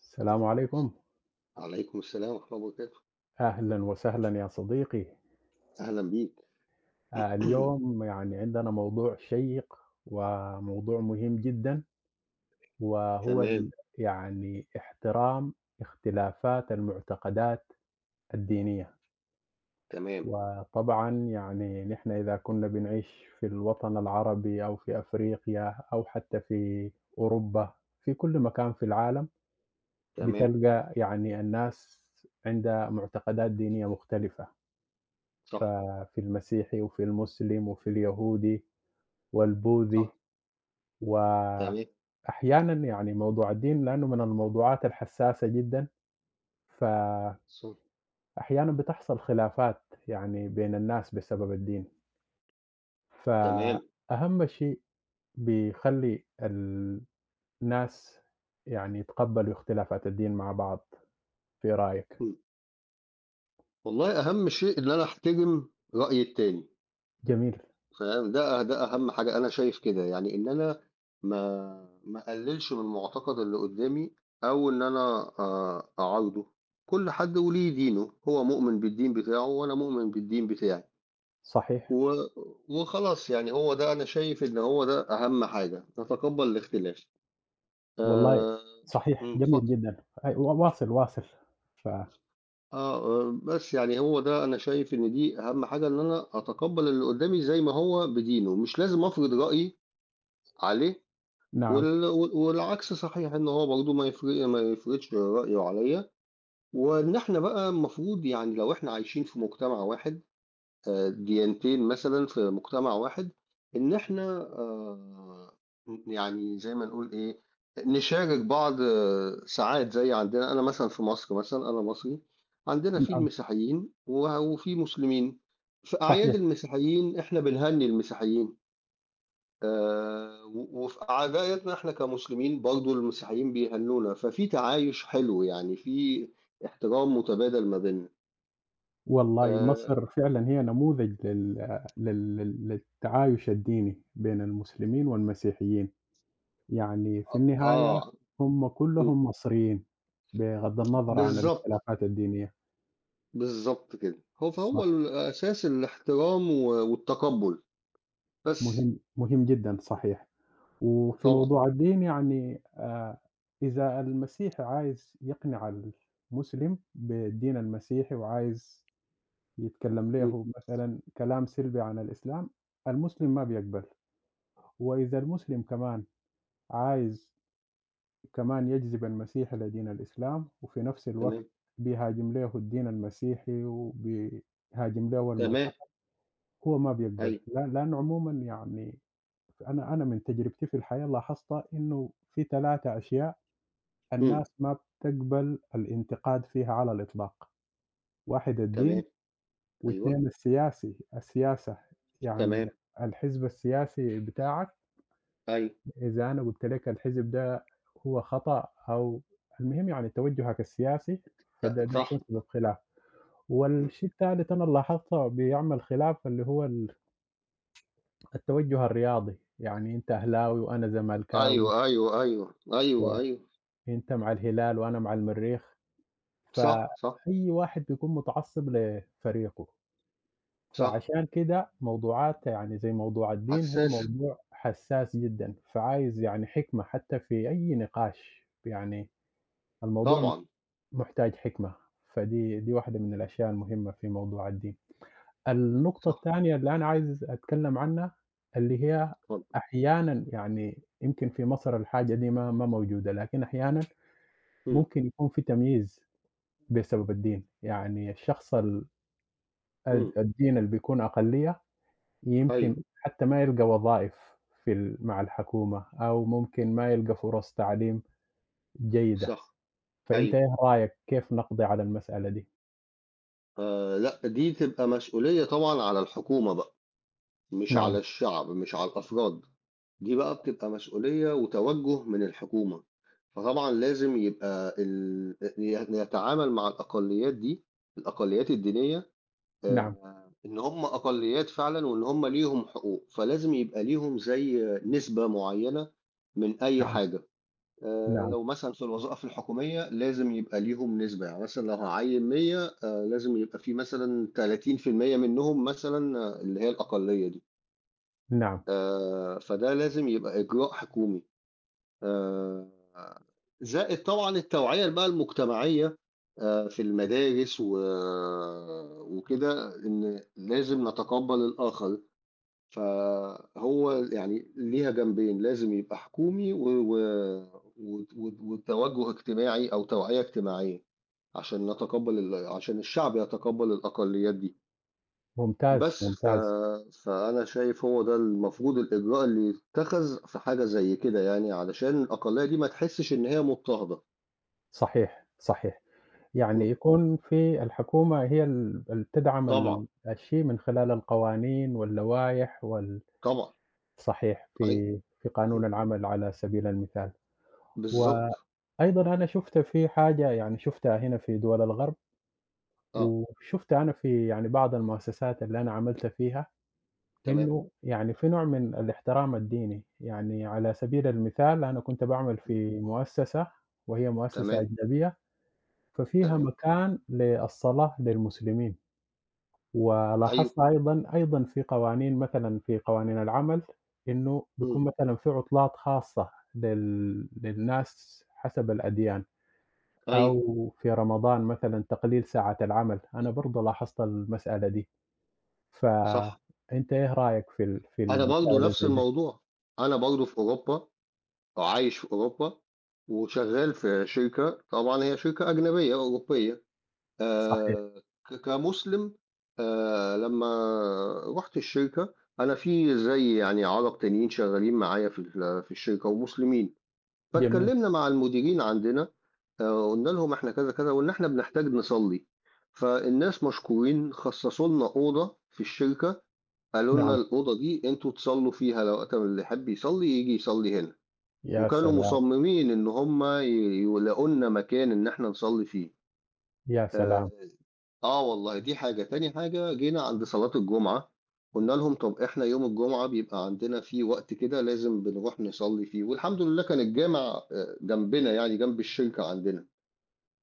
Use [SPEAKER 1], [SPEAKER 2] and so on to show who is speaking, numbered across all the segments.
[SPEAKER 1] السلام عليكم.
[SPEAKER 2] عليكم السلام ورحمة الله وبركاته،
[SPEAKER 1] أهلًا وسهلًا يا صديقي.
[SPEAKER 2] أهلًا بيك.
[SPEAKER 1] اليوم يعني عندنا موضوع شيّق وموضوع مهم جدًا، وهو
[SPEAKER 2] تمام.
[SPEAKER 1] يعني احترام اختلافات المعتقدات الدينية.
[SPEAKER 2] تمام.
[SPEAKER 1] وطبعًا يعني نحن إذا كنا بنعيش في الوطن العربي أو في أفريقيا أو حتى في أوروبا، في كل مكان في العالم
[SPEAKER 2] تمام.
[SPEAKER 1] بتلقى يعني الناس عندها معتقدات دينية مختلفة.
[SPEAKER 2] صح.
[SPEAKER 1] ففي المسيحي وفي المسلم وفي اليهودي
[SPEAKER 2] صح.
[SPEAKER 1] والبوذي،
[SPEAKER 2] تمام.
[SPEAKER 1] وأحيانًا يعني موضوع الدين لأنه من الموضوعات الحساسة جدًا، فأحيانًا
[SPEAKER 2] صح.
[SPEAKER 1] بتحصل خلافات يعني بين الناس بسبب الدين،
[SPEAKER 2] تمام.
[SPEAKER 1] فأهم شيء بيخلّي الناس يعني يتقبّلوا اختلافات الدين مع بعض، في رأيك؟
[SPEAKER 2] إمم. والله أهم شيء إن أنا أحترم رأي التاني.
[SPEAKER 1] جميل،
[SPEAKER 2] فاهم، ده أهم حاجة أنا شايف كده، يعني إن أنا ما ما أقللش من معتقد اللي قدّامي أو إن أنا أعارضه. كل حد وليه دينه، هو مؤمن بالدين بتاعه وأنا مؤمن بالدين بتاعي.
[SPEAKER 1] صحيح،
[SPEAKER 2] و... وخلاص يعني هو ده أنا شايف إن هو ده أهم حاجة نتقبل الاختلاف.
[SPEAKER 1] والله
[SPEAKER 2] آه...
[SPEAKER 1] صحيح، جميل
[SPEAKER 2] اتفضل.
[SPEAKER 1] جدًا، أي واصل، واصل، فنعم،
[SPEAKER 2] بس يعني هو ده أنا شايف إن دي أهم حاجة إن أنا أتقبل اللي قدامي زي ما هو بدينه، مش لازم أفرض رأيي عليه.
[SPEAKER 1] نعم،
[SPEAKER 2] والعكس صحيح، إن هو برضه ما يفرضش رأيه عليا، وإن إحنا بقى المفروض يعني لو إحنا عايشين في مجتمع واحد، ديانتين مثلًا في مجتمع واحد، إن إحنا يعني زي ما نقول إيه، نشارك بعض. آه، ساعات زي عندنا، أنا مثلًا في مصر مثلًا، أنا مصري، عندنا في
[SPEAKER 1] نعم.
[SPEAKER 2] المسيحيين و وفي مسلمين. في أعياد
[SPEAKER 1] صحيح.
[SPEAKER 2] المسيحيين إحنا بنهنّي المسيحيين. و وفي أعيادنا إحنا كمسلمين برضه المسيحيين بيهنّونا، ففي تعايش حلو يعني، في احترام متبادل ما بيننا.
[SPEAKER 1] والله
[SPEAKER 2] آآ
[SPEAKER 1] مصر فعلًا هي نموذج لل لل لل للتعايش الديني بين المسلمين والمسيحيين، يعني في النهاية
[SPEAKER 2] آه.
[SPEAKER 1] هم
[SPEAKER 2] امم.
[SPEAKER 1] كلهم مصريين، بغض النظر عن
[SPEAKER 2] بالضبط.
[SPEAKER 1] الاختلافات الدينية،
[SPEAKER 2] بالضبط كده. فهو
[SPEAKER 1] صح،
[SPEAKER 2] الأساس الاحترام و والتقبُّل، بس.
[SPEAKER 1] مهم مهم جدًا صحيح، وفي
[SPEAKER 2] طبعًا.
[SPEAKER 1] موضوع الدين يعني إذا المسيحي عايز يقنع المسلم بالدين المسيحي وعايز يتكلم
[SPEAKER 2] إمم.
[SPEAKER 1] له مثلًا كلام سلبي عن الإسلام، المسلم ما بيقبل، وإذا المسلم كمان عايز كمان يجذب المسيح إلى دين الإسلام وفي نفس الوقت
[SPEAKER 2] تمام.
[SPEAKER 1] بيهاجم له الدين المسيحي وبيهاجم له
[SPEAKER 2] تمام.
[SPEAKER 1] المعتقد هو ما بيقبل
[SPEAKER 2] أيوه.
[SPEAKER 1] لأن عموما يعني أنا من تجربتي في الحياة لاحظت إنه في ثلاثة أشياء
[SPEAKER 2] إمم.
[SPEAKER 1] الناس ما بتقبل الانتقاد فيها على الإطلاق. واحد الدين،
[SPEAKER 2] تمام. أيوه.
[SPEAKER 1] واثنين السياسة، يعني
[SPEAKER 2] تمام.
[SPEAKER 1] الحزب السياسي بتاعك،
[SPEAKER 2] أيوه.
[SPEAKER 1] إذا أنا قُلت لك الحزب ده هو خطأ، أو المهم يعني توجُّهك السياسي،
[SPEAKER 2] أ
[SPEAKER 1] فده
[SPEAKER 2] صح.
[SPEAKER 1] بيكون سبب خلاف.
[SPEAKER 2] إمم.
[SPEAKER 1] والشيء التالت أنا لاحظته بيعمل خلاف اللي هو التوجُّه الرياضي، يعني أنت أهلاوي وأنا زملكاوي،
[SPEAKER 2] أيوه. أيوه. أيوه. أيوه. أيوه.
[SPEAKER 1] وأنت مع الهلال وأنا مع المريخ،
[SPEAKER 2] صح. صح.
[SPEAKER 1] فأي واحد بيكون متعصب لفريقه.
[SPEAKER 2] صح.
[SPEAKER 1] فعشان كده موضوعات يعني زي موضوع الدين هو
[SPEAKER 2] حسّاسة.
[SPEAKER 1] موضوع حساس جدًا، فعايز يعني حكمة حتى في أي نقاش، يعني الموضوع
[SPEAKER 2] طبعًا.
[SPEAKER 1] محتاج حكمة، فدي واحدة من الأشياء المهمة في موضوع الدين. النقطة
[SPEAKER 2] صح.
[SPEAKER 1] التانية اللي أنا عايز أتكلم عنها، اللي هي
[SPEAKER 2] اتفضّل.
[SPEAKER 1] أحيانًا يعني يمكن في مصر الحاجة دي ما موجودة، لكن أحيانًا
[SPEAKER 2] إمم.
[SPEAKER 1] ممكن يكون في تمييز بسبب الدين، يعني الشخص ال الد
[SPEAKER 2] إمم.
[SPEAKER 1] الدين اللي بيكون أقلية
[SPEAKER 2] أيوه.
[SPEAKER 1] يمكن حتى ما يلقى وظائف في ال مع الحكومة، أو ممكن ما يلقى فرص تعليم جيدة،
[SPEAKER 2] صح.
[SPEAKER 1] فأنت
[SPEAKER 2] أيوه.
[SPEAKER 1] إيه رأيك كيف نقضي على المسألة دي؟
[SPEAKER 2] لأ، دي تبقى مسؤولية طبعًا على الحكومة بقى. مش على
[SPEAKER 1] نعم،
[SPEAKER 2] الشعب، مش على الأفراد. دي بقى بتبقى مسؤولية وتوجُّه من الحكومة، فطبعًا لازم يبقى ال ي يتعامل مع الأقليات دي، الأقليات الدينية.
[SPEAKER 1] نعم،
[SPEAKER 2] إن هم أقليات فعلًا وإن هم ليهم حقوق، فلازم يبقى ليهم زي نسبة معيّنة من أي
[SPEAKER 1] نعم،
[SPEAKER 2] حاجة.
[SPEAKER 1] نعم،
[SPEAKER 2] لو مثلًا في الوظائف الحكومية لازم يبقى ليهم نسبة، يعني مثلًا لو هاعيّن 100 لازم يبقى في مثلًا 30% منّهم مثلًا. آه، اللي هي الأقلية دي.
[SPEAKER 1] نعم،
[SPEAKER 2] فده لازم يبقى إجراء حكومي. آآ زائد طبعًا التوعية بقى المجتمعية في المدارس، و وكده إن لازم نتقبّل الآخر، فهو يعني ليها جنبين، لازم يبقى حكومي و و وت وت وتوجُّه اجتماعي أو توعية اجتماعية عشان نتقبّل ال عشان الشعب يتقبّل الأقليات دي.
[SPEAKER 1] ممتاز،
[SPEAKER 2] بس ف
[SPEAKER 1] ممتاز،
[SPEAKER 2] فأنا شايف هو ده المفروض الإجراء اللي يتخذ في حاجة زي كده يعني، علشان الأقلية دي ما تحسش إن هي مضطهدة.
[SPEAKER 1] صحيح، صحيح، يعني
[SPEAKER 2] إمم.
[SPEAKER 1] يكون في الحكومة هي ال ال تدعم
[SPEAKER 2] طبعًا.
[SPEAKER 1] الشيء من خلال القوانين واللوائح
[SPEAKER 2] طبعًا.
[SPEAKER 1] صحيح،
[SPEAKER 2] أيوه.
[SPEAKER 1] في قانون
[SPEAKER 2] إمم.
[SPEAKER 1] العمل على سبيل المثال،
[SPEAKER 2] بالضبط.
[SPEAKER 1] وأيضًا أنا شُفت في حاجة، يعني شُفتها هنا في دول الغرب،
[SPEAKER 2] آه.
[SPEAKER 1] وشُفتها أنا في يعني بعض المؤسسات اللي أنا عملت فيها.
[SPEAKER 2] تمام.
[SPEAKER 1] إنه يعني في نوع من الاحترام الديني، يعني على سبيل المثال أنا كنت باعمل
[SPEAKER 2] إمم.
[SPEAKER 1] في مؤسسة وهي مؤسسة
[SPEAKER 2] تمام.
[SPEAKER 1] أجنبية، ففيها
[SPEAKER 2] تمام.
[SPEAKER 1] مكان للصلاة للمسلمين،
[SPEAKER 2] أيوه.
[SPEAKER 1] ولاحظت أيضًا في قوانين، مثلًا في قوانين العمل إنه
[SPEAKER 2] إمم.
[SPEAKER 1] بيكون مثلًا في عطلات خاصة للناس حسب الأديان،
[SPEAKER 2] أيوه.
[SPEAKER 1] أو في رمضان مثلًا تقليل ساعات العمل، أنا برضه لاحظت المسألة دي،
[SPEAKER 2] صح.
[SPEAKER 1] فأنت إيه رأيك في
[SPEAKER 2] أنا
[SPEAKER 1] المسائل
[SPEAKER 2] برضه
[SPEAKER 1] اللي
[SPEAKER 2] نفس
[SPEAKER 1] زي دي؟
[SPEAKER 2] الموضوع، أنا برضه في أوروبا أو عايش في أوروبا وشغال في شركة، طبعًا هي شركة أجنبية أوروبية.
[SPEAKER 1] صحيح،
[SPEAKER 2] آآ كمسلم، لمّا رُحت الشركة، أنا في زي يعني عَرَب تانيين شغّالين معايا في الشركة ومسلمين،
[SPEAKER 1] جميل،
[SPEAKER 2] فاتكلّمنا مع المديرين عندنا. قُلنا لهم إحنا كذا، كذا، وإن إحنا بنحتاج نصلّي، فالناس مشكورين خصّصوا لنا أوضة في الشركة. قالوا لنا
[SPEAKER 1] نعم،
[SPEAKER 2] الأوضة دي أنتم تصلّوا فيها، لو كان اللي يحب يصلّي ييجي يصلّي هنا،
[SPEAKER 1] يا
[SPEAKER 2] وكانوا
[SPEAKER 1] سلام،
[SPEAKER 2] مصممين إن هم يلاقوا لنا مكان إن إحنا نصلّي فيه.
[SPEAKER 1] يا
[SPEAKER 2] آآ
[SPEAKER 1] سلام،
[SPEAKER 2] اه والله دي حاجة تاني، حاجة جينا عند صلاة الجمعة، قلنا لهم طب احنا يوم الجمعة بيبقى عندنا فيه وقت كده لازم بنروح نصلي فيه، والحمد لله كان الجامع آه جنبنا، يعني جنب الشركة عندنا،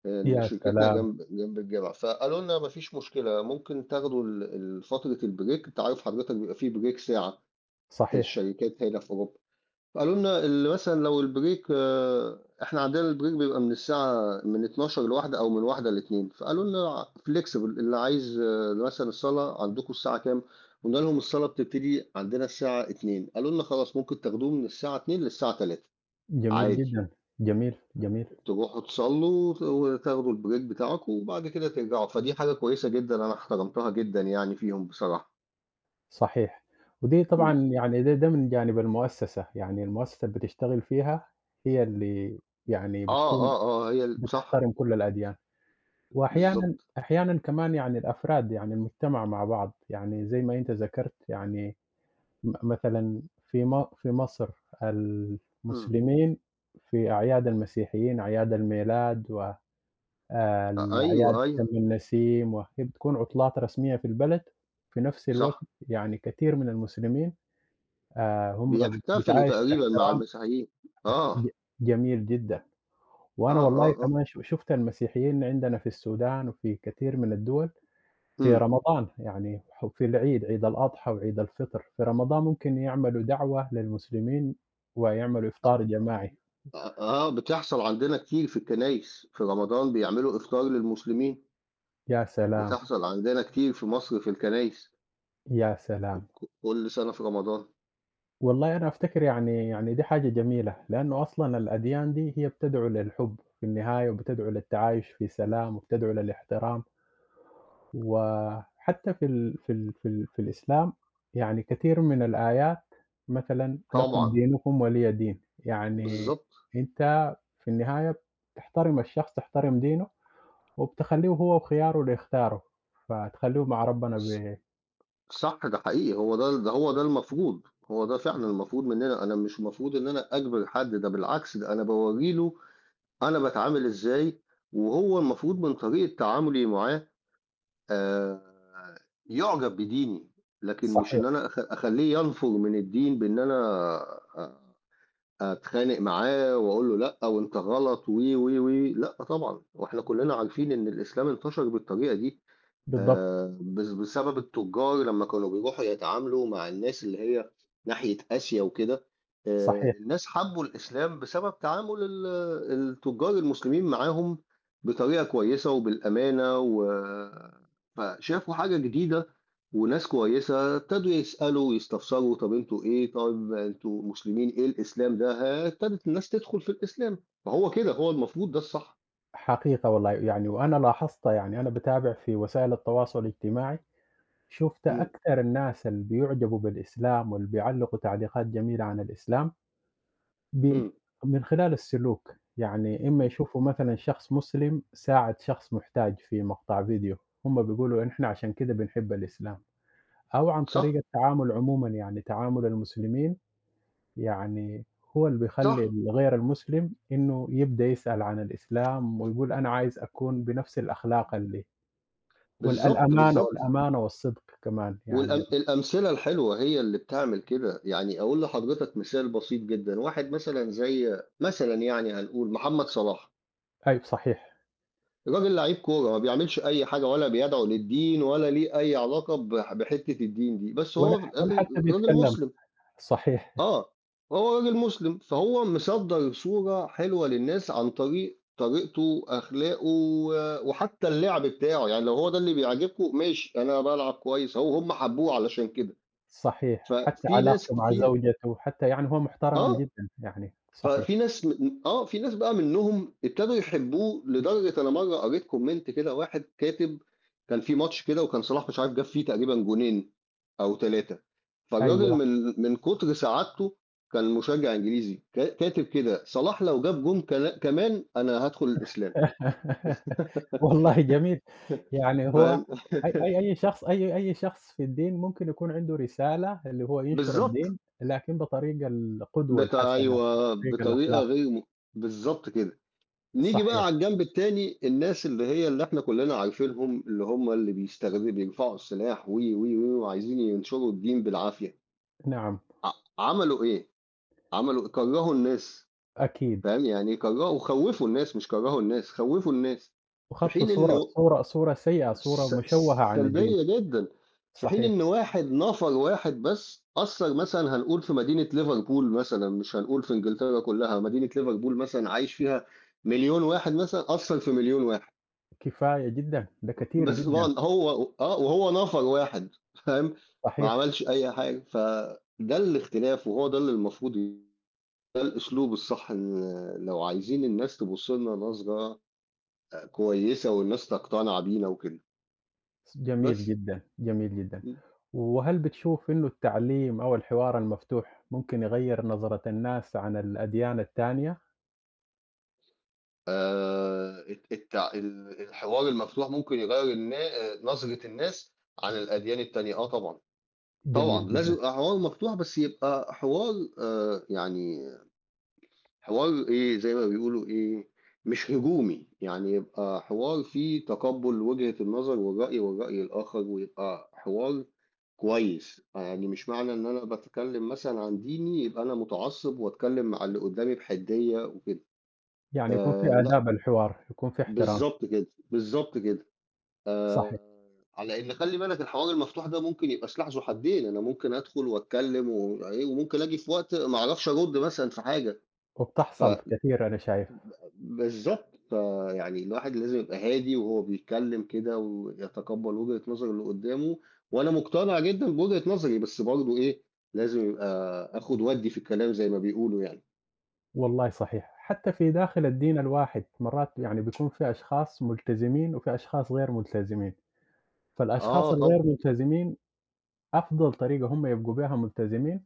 [SPEAKER 2] ان
[SPEAKER 1] يا
[SPEAKER 2] شركتنا
[SPEAKER 1] سلام،
[SPEAKER 2] جنب جنب الجامع. فقالوا لنا مفيش مشكلة، ممكن تاخدوا فترة البريك، انت عارف حضرتك بيبقى فيه بريك ساعة في
[SPEAKER 1] صحيح،
[SPEAKER 2] الشركات هنا في اوروبا. قالوا لنا اللي مثلًا لو البريك، إحنا عندنا البريك بيبقى من الساعة، من 12:00 ل13:00 أو من 13:00 ل14:00، فقالوا لنا flexible اللي عايز. آه، مثلًا الصلاة عندكم الساعة كام؟ قُلنا لهم الصلاة بتبتدي عندنا الساعة 14:00. قالوا لنا خلاص ممكن تاخدوه من الساعة 14:00 للساعة 15:00
[SPEAKER 1] جميل
[SPEAKER 2] عادي،
[SPEAKER 1] جدًا، جميل، جميل،
[SPEAKER 2] تروحوا تصلّوا وتاخدوا البريك بتاعكم وبعد كده ترجعوا. فدي حاجة كويسة جدًا، أنا احترمتها جدًا يعني فيهم بصراحة.
[SPEAKER 1] صحيح، ودي طبعًا
[SPEAKER 2] إمم.
[SPEAKER 1] يعني ده من جانب المؤسسة، يعني المؤسسة اللي بتشتغل فيها هي اللي يعني
[SPEAKER 2] آه.
[SPEAKER 1] بتكون
[SPEAKER 2] آه. آه. هي ال صح.
[SPEAKER 1] بتحترم كل الأديان، وأحيانًا
[SPEAKER 2] بالضبط.
[SPEAKER 1] أحيانًا كمان يعني الأفراد، يعني المجتمع مع بعض، يعني زي ما أنت ذكرت، يعني مثلًا في مصر
[SPEAKER 2] إمم.
[SPEAKER 1] المسلمين في أعياد المسيحيين، أعياد الميلاد، و الأعياد
[SPEAKER 2] أيوه. أيوه.
[SPEAKER 1] شم النسيم، وهي بتكون عطلات رسمية في البلد، في نفس الوقت
[SPEAKER 2] صح.
[SPEAKER 1] يعني كثير من المسلمين هم
[SPEAKER 2] بيحتفلوا
[SPEAKER 1] بتعايشوا
[SPEAKER 2] تقريبًا مع
[SPEAKER 1] باحترام.
[SPEAKER 2] المسيحيين.
[SPEAKER 1] أك
[SPEAKER 2] آه.
[SPEAKER 1] ج جميل جدًا،
[SPEAKER 2] آه.
[SPEAKER 1] وأنا والله
[SPEAKER 2] آه. آه.
[SPEAKER 1] كمان شُفت المسيحيين عندنا في السودان وفي كثير من الدول في
[SPEAKER 2] إمم.
[SPEAKER 1] رمضان، يعني في العيد، عيد الأضحى وعيد الفطر، في رمضان ممكن يعملوا دعوة للمسلمين ويعملوا إفطار جماعي،
[SPEAKER 2] آه. آه. بتحصل عندنا كتير في الكنايس، في رمضان بيعملوا إفطار للمسلمين.
[SPEAKER 1] يا سلام،
[SPEAKER 2] بتحصل عندنا كتير في مصر في الكنايس
[SPEAKER 1] يا سلام!
[SPEAKER 2] كل سنة في رمضان.
[SPEAKER 1] والله أنا أفتكر، يعني دي حاجة جميلة لأنه أصلا الأديان دي هي بتدعو للحب في النهاية، وبتدعو للتعايش في سلام، وبتدعو للاحترام، وحتى في الإسلام يعني كثير من الآيات، مثلا لكم
[SPEAKER 2] طبعًا.
[SPEAKER 1] دينكم ولي دين، يعني
[SPEAKER 2] بالضبط.
[SPEAKER 1] أنت في النهاية تحترم الشخص، تحترم دينه، وبتخليه هو وخياره اللي يختاره، فتخليه مع ربنا.
[SPEAKER 2] ص صح، ده حقيقي، هو ده هو ده المفروض. هو ده فعلًا المفروض مننا، أنا مش المفروض إن أنا أجبر حد، ده بالعكس ده أنا باورّي له أنا باتعامل إزاي، وهو المفروض من طريقة تعاملي معاه آآ يُعجب بديني، لكن
[SPEAKER 1] صح،
[SPEAKER 2] مش
[SPEAKER 1] صحيح،
[SPEAKER 2] إن أنا أخلّيه ينفُر من الدين بإن أنا أ أتخانق معاه وأقول له لأ وأنت غلط و، و، و، لأ طبعًا. وإحنا كُلّنا عارفين إن الإسلام انتشر بالطريقة دي.
[SPEAKER 1] بالضبط
[SPEAKER 2] آه، بسبب التجار لما كانوا بيروحوا يتعاملوا مع الناس اللي هي ناحية آسيا وكده. آه،
[SPEAKER 1] صحيح.
[SPEAKER 2] الناس حبوا الإسلام بسبب تعامل التجار المسلمين معاهم بطريقة كويسة وبالأمانة. و... فشافوا حاجة جديدة وناس كويسة، ابتدوا يسألوا ويستفسروا طب انتوا ايه، طب انتوا مسلمين، ايه الإسلام ده؟ ها، ابتدت الناس تدخل في الإسلام. فهو كده هو المفروض، ده الصح.
[SPEAKER 1] حقيقة والله، يعني وأنا لاحظتها، يعني أنا باتابع في وسائل التواصل الاجتماعي، شُفت
[SPEAKER 2] مم.
[SPEAKER 1] أكثر الناس اللي بيُعجبوا بالإسلام واللي بيعلّقوا تعليقات جميلة عن الإسلام، بن
[SPEAKER 2] مم.
[SPEAKER 1] من خلال السلوك، يعني إمّا يشوفوا مثلًا شخص مسلم ساعد شخص محتاج في مقطع فيديو، هُم بيقولوا إحنا عشان كده بنحب الإسلام، أو عن
[SPEAKER 2] صح.
[SPEAKER 1] طريق التعامل عمومًا، يعني تعامل المسلمين، يعني هو اللي بيخلّي
[SPEAKER 2] صح.
[SPEAKER 1] الغير المسلم إنه يبدأ يسأل عن الإسلام ويقول أنا عايز أكون بنفس الأخلاق اللي
[SPEAKER 2] بالظبط
[SPEAKER 1] الأمانة
[SPEAKER 2] بالظبط.
[SPEAKER 1] والأمانة والصدق كمان، يعني
[SPEAKER 2] والأمثلة الحلوة هي اللي بتعمل كده، يعني أقول لحضرتك مثال بسيط جدا، واحد مثلا زي مثلا يعني هنقول محمد صلاح،
[SPEAKER 1] أيوه، صحيح،
[SPEAKER 2] راجل لعيب كورة ما بيعملش أي حاجة، ولا بيدعو للدين ولا ليه أي علاقة بحتة الدين دي، بس
[SPEAKER 1] ولا
[SPEAKER 2] هو في
[SPEAKER 1] ولا
[SPEAKER 2] الآخر
[SPEAKER 1] حتى
[SPEAKER 2] راجل
[SPEAKER 1] بيتكلم،
[SPEAKER 2] مسلم.
[SPEAKER 1] صحيح،
[SPEAKER 2] آه، هو راجل مسلم، فهو مصدر صورة حلوة للناس عن طريق طريقته، أخلاقه وحتى اللعب بتاعه، يعني لو هو ده اللي بيعجبكم، ماشي أنا بلعب كويس أهو، هم حبوه علشان كده.
[SPEAKER 1] صحيح، حتى
[SPEAKER 2] ففي ناس
[SPEAKER 1] علاقته مع
[SPEAKER 2] كتير.
[SPEAKER 1] زوجته حتى، يعني هو محترم
[SPEAKER 2] آه،
[SPEAKER 1] جدًا يعني، صحيح،
[SPEAKER 2] ففي ناس م آه، في ناس بقى منهم ابتدوا يحبوه، لدرجة أنا مرّة قريت كومنت كده، واحد كاتب. كان في ماتش كده وكان صلاح مش عارف جاب فيه تقريبًا جونين أو 3، فالراجل
[SPEAKER 1] أيوه.
[SPEAKER 2] من كتر سعادته، كان مشجع إنجليزي كاتب كده: "صلاح لو جاب جون كلا كمان أنا هادخل الإسلام."
[SPEAKER 1] والله جميل، يعني هو
[SPEAKER 2] فاهم؟
[SPEAKER 1] أي أي أي شخص أي أي شخص في الدين ممكن يكون عنده رسالة اللي هو ينشر
[SPEAKER 2] بالضبط.
[SPEAKER 1] الدين، لكن بطريقة القدوة
[SPEAKER 2] بت
[SPEAKER 1] الحسنة،
[SPEAKER 2] أيوه،
[SPEAKER 1] بطريقة
[SPEAKER 2] بطريقة
[SPEAKER 1] الأخلاق،
[SPEAKER 2] غير م بالضبط كده. نيجي بقى
[SPEAKER 1] صحيح،
[SPEAKER 2] على الجنب التاني، الناس اللي هي اللي احنا كلنا عارفينهم، اللي هم اللي بيستخدموا بيرفعوا السلاح وي وي وي وعايزين ينشروا الدين بالعافية.
[SPEAKER 1] نعم،
[SPEAKER 2] ع- عملوا ايه؟ عملوا كرهوا الناس.
[SPEAKER 1] أكيد،
[SPEAKER 2] فاهم، يعني كرهوا خوفوا الناس، مش كرهوا الناس، خوفوا الناس. في حين ان
[SPEAKER 1] صورة صورة صورة سيئة، صورة مشوهة عن الدين،
[SPEAKER 2] سلبية جدا. في حين
[SPEAKER 1] صحيح،
[SPEAKER 2] ان واحد، نفر واحد بس اثر، مثلا هنقول في مدينة ليفربول مثلا، مش هنقول في انجلترا كلها، مدينة ليفربول مثلا عايش فيها مليون واحد مثلا، اثر في مليون واحد
[SPEAKER 1] كفاية جدًا، ده كتير
[SPEAKER 2] بس
[SPEAKER 1] جدًا،
[SPEAKER 2] طبعًا هو. آه، وهو نفر واحد فاهم، ما
[SPEAKER 1] صحيح،
[SPEAKER 2] عملش أي حاجة، فده الاختلاف، وهو ده اللي المفروض ده الأسلوب الصح إن لو عايزين الناس تبُص لنا نظرة كويسة والناس تقتنع بينا وكده.
[SPEAKER 1] جميل
[SPEAKER 2] بس.
[SPEAKER 1] جدًا، جميل جدًا،
[SPEAKER 2] إمم.
[SPEAKER 1] وهل بتشوف إنه التعليم أو الحوار المفتوح ممكن يغيّر نظرة الناس عن الأديان التانية؟
[SPEAKER 2] الت التع ال الحوار المفتوح ممكن يغيّر نظرة الناس عن الأديان التانية، آه طبعًا.
[SPEAKER 1] جميل
[SPEAKER 2] طبعًا لازم
[SPEAKER 1] جدًا،
[SPEAKER 2] يبقى حوار مفتوح، بس يبقى حوار يعني حوار إيه زي ما بيقولوا، إيه مش هجومي، يعني يبقى حوار فيه تقبل وجهة النظر والرأي والرأي الآخر، ويبقى حوار كويس. يعني مش معنى إن أنا بتكلم مثلا عن ديني يبقى أنا متعصب وأتكلم مع اللي قدامي بحدية وكده.
[SPEAKER 1] يعني يكون في
[SPEAKER 2] آه لا.
[SPEAKER 1] آداب الحوار، يكون في احترام،
[SPEAKER 2] بالظبط كده. بالظبط كده.
[SPEAKER 1] صحيح،
[SPEAKER 2] آه. على ان خلي بالك الحوار المفتوح ده ممكن يبقى سلاح ذو حدين، انا ممكن ادخل واتكلم إيه، وممكن اجي في وقت ما اعرفش ارد مثلا في حاجه.
[SPEAKER 1] وبتحصل كثير أنا شايف،
[SPEAKER 2] بالضبط، فيعني الواحد لازم يبقى هادي وهو بيتكلم كده، ويتقبّل وجهة نظر اللي قدّامه، وأنا مقتنع جدًا بوجهة نظري، بس برضه إيه، لازم يبقى آخُد وأدّي في الكلام زي ما بيقولوا يعني.
[SPEAKER 1] والله صحيح، حتى في داخل الدين الواحد مرات يعني بيكون في أشخاص ملتزمين وفي أشخاص غير ملتزمين،
[SPEAKER 2] آه
[SPEAKER 1] فالأشخاص الغير
[SPEAKER 2] طبعًا.
[SPEAKER 1] ملتزمين أفضل طريقة هم يبقوا بها ملتزمين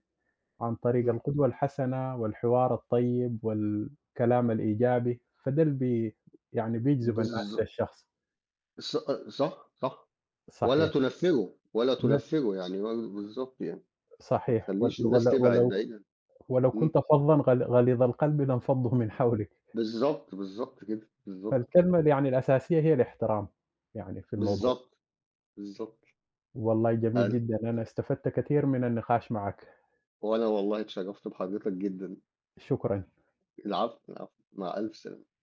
[SPEAKER 1] عن طريق
[SPEAKER 2] إمم.
[SPEAKER 1] القدوة الحسنة والحوار الطيب والكلام الإيجابي، فده اللي يعني بيجذب
[SPEAKER 2] بالض
[SPEAKER 1] الناس للشخص،
[SPEAKER 2] ص صح. صح. ولا
[SPEAKER 1] صحيح،
[SPEAKER 2] تنفّره، ولا
[SPEAKER 1] بس
[SPEAKER 2] تنفّره يعني برضه بالضبط يعني. ما
[SPEAKER 1] صحيح، وال
[SPEAKER 2] تخلّيش الناس
[SPEAKER 1] وال
[SPEAKER 2] تبعد
[SPEAKER 1] ولو
[SPEAKER 2] بعيدًا.
[SPEAKER 1] ولو
[SPEAKER 2] إمم.
[SPEAKER 1] كنت فظًا غليظ القلب لانفضوا من حولك،
[SPEAKER 2] بالضبط. بالضبط كده. بالضبط.
[SPEAKER 1] فالكلمة اللي يعني الأساسية هي الاحترام يعني في الموضوع.
[SPEAKER 2] بالضبط. بالضبط.
[SPEAKER 1] والله جميل
[SPEAKER 2] أن
[SPEAKER 1] جدًا، أنا استفدت كثير من النقاش معك،
[SPEAKER 2] وأنا والله اتشرّفت بحضرتك جدًا.
[SPEAKER 1] شكرًا.
[SPEAKER 2] العفو، العفو، مع ألف سلامة.